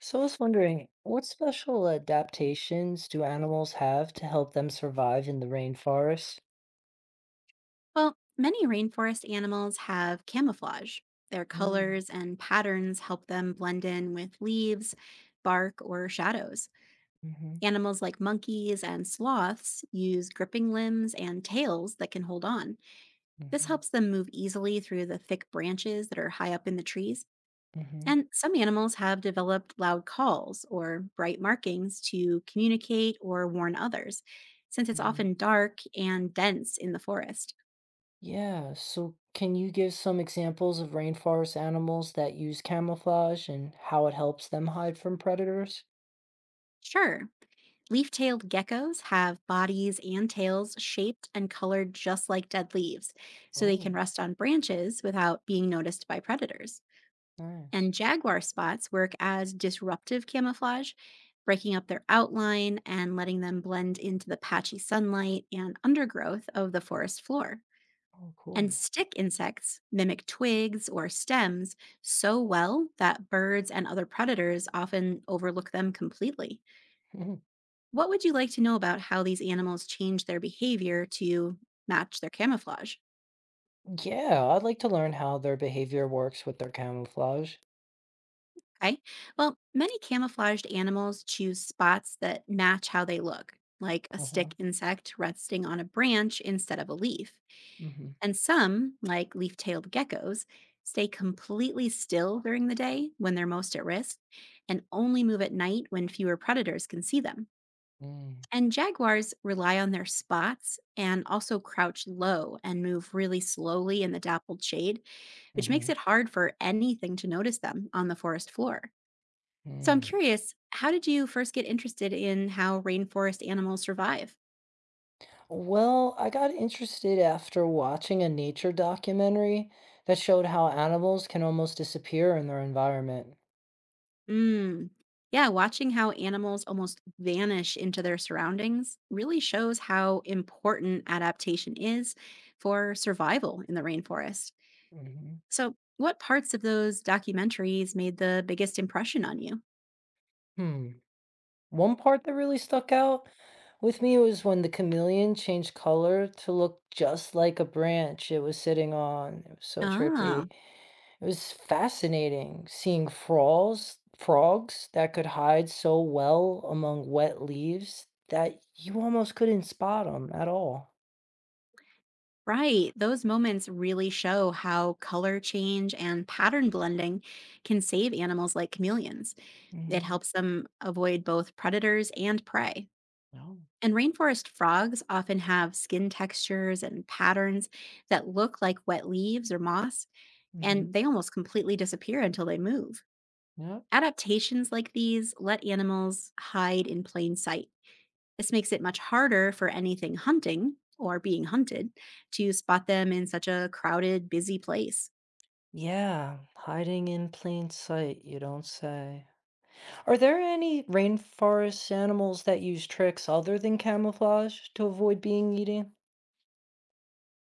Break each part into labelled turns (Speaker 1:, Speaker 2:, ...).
Speaker 1: So I was wondering, what special adaptations do animals have to help them survive in the rainforest?
Speaker 2: Well, many rainforest animals have camouflage. Their
Speaker 1: Mm-hmm.
Speaker 2: colors and patterns help them blend in with leaves, bark, or shadows.
Speaker 1: hmm
Speaker 2: Animals like monkeys and sloths use gripping limbs and tails that can hold on. This helps them move easily through the thick branches that are high up in the trees.
Speaker 1: hmm
Speaker 2: And some animals have developed loud calls or bright markings to communicate or warn others, since it's
Speaker 1: hmm
Speaker 2: often dark and dense in the forest.
Speaker 1: Yeah, so can you give some examples of rainforest animals that use camouflage and how it helps them hide from predators?
Speaker 2: Sure, leaf tailed geckos have bodies and tails shaped and colored just like dead leaves, so they
Speaker 1: Oh,
Speaker 2: can rest on branches without being noticed by predators.
Speaker 1: nice.
Speaker 2: And jaguar spots work as disruptive camouflage, breaking up their outline and letting them blend into the patchy sunlight and undergrowth of the forest floor.
Speaker 1: Oh,
Speaker 2: And
Speaker 1: cool.
Speaker 2: stick insects mimic twigs or stems so well that birds and other predators often overlook them completely.
Speaker 1: Mhm.
Speaker 2: What would you like to know about how these animals change their behavior to match their camouflage?
Speaker 1: Yeah, I'd like to learn how their behavior works with their camouflage.
Speaker 2: Okay. Well, many camouflaged animals choose spots that match how they look, like a
Speaker 1: Uh-huh.
Speaker 2: stick insect resting on a branch instead of a leaf.
Speaker 1: Mm-hmm.
Speaker 2: And some, like leaf tailed geckos, stay completely still during the day when they're most at risk and only move at night when fewer predators can see them.
Speaker 1: Mm-hmm.
Speaker 2: And jaguars rely on their spots and also crouch low and move really slowly in the dappled shade, which makes it hard for anything to notice them on the forest floor. So I'm
Speaker 1: Mm-hmm.
Speaker 2: curious, how did you first get interested in how rainforest animals survive?
Speaker 1: Well, I got interested after watching a nature documentary that showed how animals can almost disappear in their environment.
Speaker 2: Mm. Yeah, watching how animals almost vanish into their surroundings really shows how important adaptation is for survival in the rainforest.
Speaker 1: Mhm.
Speaker 2: So, what parts of those documentaries made the biggest impression on you?
Speaker 1: Hmm. One part that really stuck out with me was when the chameleon changed color to look just like a branch it was sitting on. It was so
Speaker 2: Ah,
Speaker 1: trippy. It was fascinating seeing frogs that could hide so well among wet leaves that you almost couldn't spot them at all.
Speaker 2: right. Those moments really show how color change and pattern blending can save animals like chameleons. It
Speaker 1: Hmm.
Speaker 2: helps them avoid both predators and prey.
Speaker 1: No.
Speaker 2: And rainforest frogs often have skin textures and patterns that look like wet leaves or moss,
Speaker 1: Hmm.
Speaker 2: and they almost completely disappear until they move.
Speaker 1: Yep.
Speaker 2: Adaptations like these let animals hide in plain sight. This makes it much harder for anything hunting or being hunted to spot them in such a crowded, busy place.
Speaker 1: Yeah, hiding in plain sight, you don't say. Are there any rainforest animals that use tricks other than camouflage to avoid being eaten?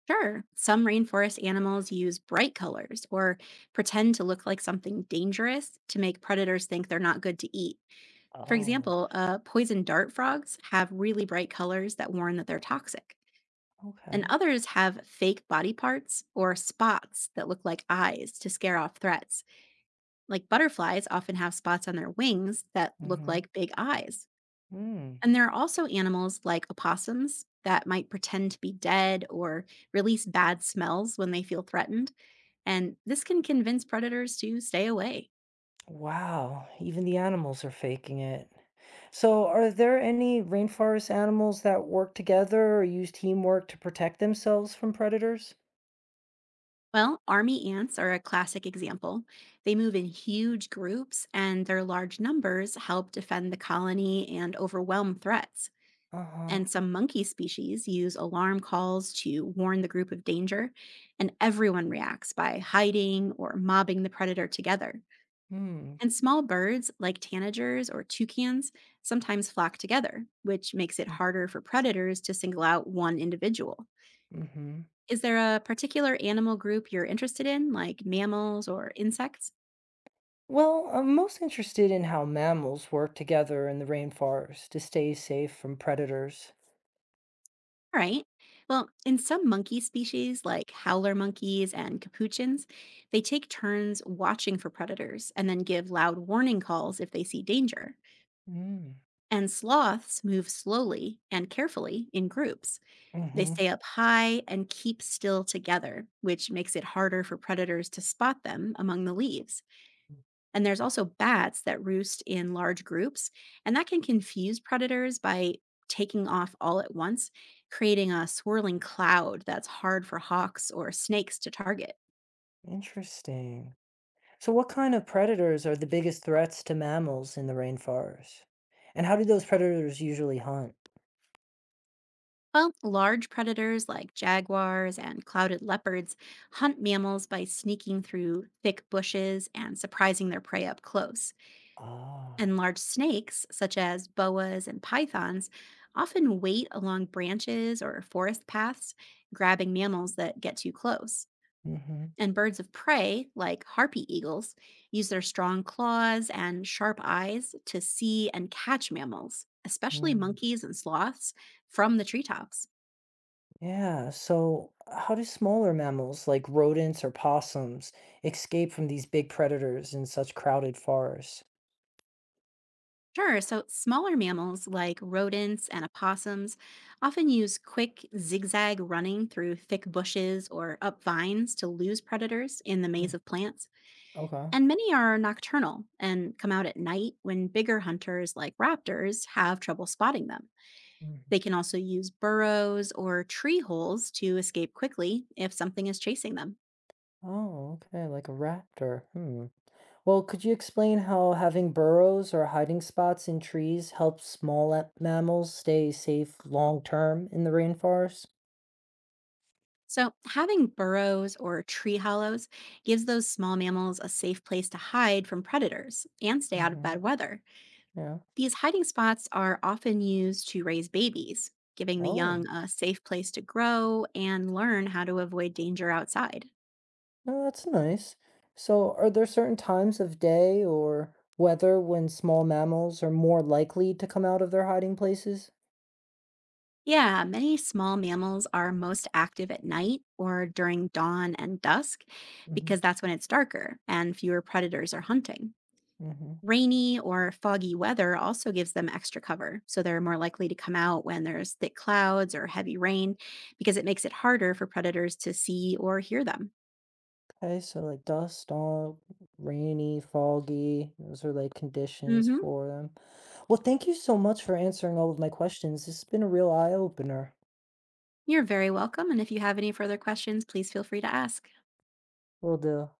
Speaker 2: Sure, some rainforest animals use bright colors or pretend to look like something dangerous to make predators think they're not good to eat. For
Speaker 1: Oh,
Speaker 2: example, poison dart frogs have really bright colors that warn that they're toxic. And
Speaker 1: okay.
Speaker 2: others have fake body parts or spots that look like eyes to scare off threats. Like butterflies often have spots on their wings that look
Speaker 1: Mm-hmm.
Speaker 2: like big eyes.
Speaker 1: Mm.
Speaker 2: And there are also animals like opossums that might pretend to be dead or release bad smells when they feel threatened. And this can convince predators to stay away.
Speaker 1: Wow, even the animals are faking it. So, are there any rainforest animals that work together or use teamwork to protect themselves from predators?
Speaker 2: Well, army ants are a classic example. They move in huge groups, and their large numbers help defend the colony and overwhelm threats.
Speaker 1: Uh-huh.
Speaker 2: And some monkey species use alarm calls to warn the group of danger, and everyone reacts by hiding or mobbing the predator together.
Speaker 1: Mm.
Speaker 2: And small birds like tanagers or toucans sometimes flock together, which makes it harder for predators to single out one individual.
Speaker 1: Mm-hmm.
Speaker 2: Is there a particular animal group you're interested in, like mammals or insects?
Speaker 1: Well, I'm most interested in how mammals work together in the rainforest to stay safe from predators.
Speaker 2: All right. Well, in some monkey species, like howler monkeys and capuchins, they take turns watching for predators and then give loud warning calls if they see danger.
Speaker 1: Mm.
Speaker 2: And sloths move slowly and carefully in groups. They
Speaker 1: Hmm.
Speaker 2: stay up high and keep still together, which makes it harder for predators to spot them among the leaves. And there's also bats that roost in large groups, and that can confuse predators by taking off all at once, creating a swirling cloud that's hard for hawks or snakes to target.
Speaker 1: Interesting. So, what kind of predators are the biggest threats to mammals in the rainforest? And how do those predators usually hunt?
Speaker 2: Well, large predators like jaguars and clouded leopards hunt mammals by sneaking through thick bushes and surprising their prey up close. And
Speaker 1: Ah,
Speaker 2: large snakes, such as boas and pythons, often wait along branches or forest paths, grabbing mammals that get too close.
Speaker 1: mm-hmm.
Speaker 2: And birds of prey, like harpy eagles, use their strong claws and sharp eyes to see and catch mammals, especially
Speaker 1: Mm.
Speaker 2: monkeys and sloths, from the treetops.
Speaker 1: Yeah, so how do smaller mammals like rodents or possums escape from these big predators in such crowded forests?
Speaker 2: Sure. So smaller mammals like rodents and opossums often use quick zigzag running through thick bushes or up vines to lose predators in the maze
Speaker 1: Mm.
Speaker 2: of plants.
Speaker 1: Okay.
Speaker 2: And many are nocturnal and come out at night when bigger hunters like raptors have trouble spotting them. They can also use burrows or tree holes to escape quickly if something is chasing them.
Speaker 1: Oh, okay, like a raptor. Hmm. Well, could you explain how having burrows or hiding spots in trees helps small mammals stay safe long term in the rainforest?
Speaker 2: So, having burrows or tree hollows gives those small mammals a safe place to hide from predators and stay out of
Speaker 1: Mm-hmm.
Speaker 2: bad weather.
Speaker 1: Yeah.
Speaker 2: These hiding spots are often used to raise babies, giving the young
Speaker 1: Oh,
Speaker 2: a safe place to grow and learn how to avoid danger outside.
Speaker 1: no, that's nice. So, are there certain times of day or weather when small mammals are more likely to come out of their hiding places?
Speaker 2: Yeah, many small mammals are most active at night or during dawn and dusk
Speaker 1: Mm-hmm.
Speaker 2: because that's when it's darker and fewer predators are hunting.
Speaker 1: Mm-hmm.
Speaker 2: Rainy or foggy weather also gives them extra cover, so they're more likely to come out when there's thick clouds or heavy rain because it makes it harder for predators to see or hear them.
Speaker 1: Okay, so like dust, all rainy, foggy, those are like conditions
Speaker 2: Hmm.
Speaker 1: for them. Well, thank you so much for answering all of my questions. This has been a real eye opener.
Speaker 2: You're very welcome. And if you have any further questions, please feel free to ask.
Speaker 1: Will do.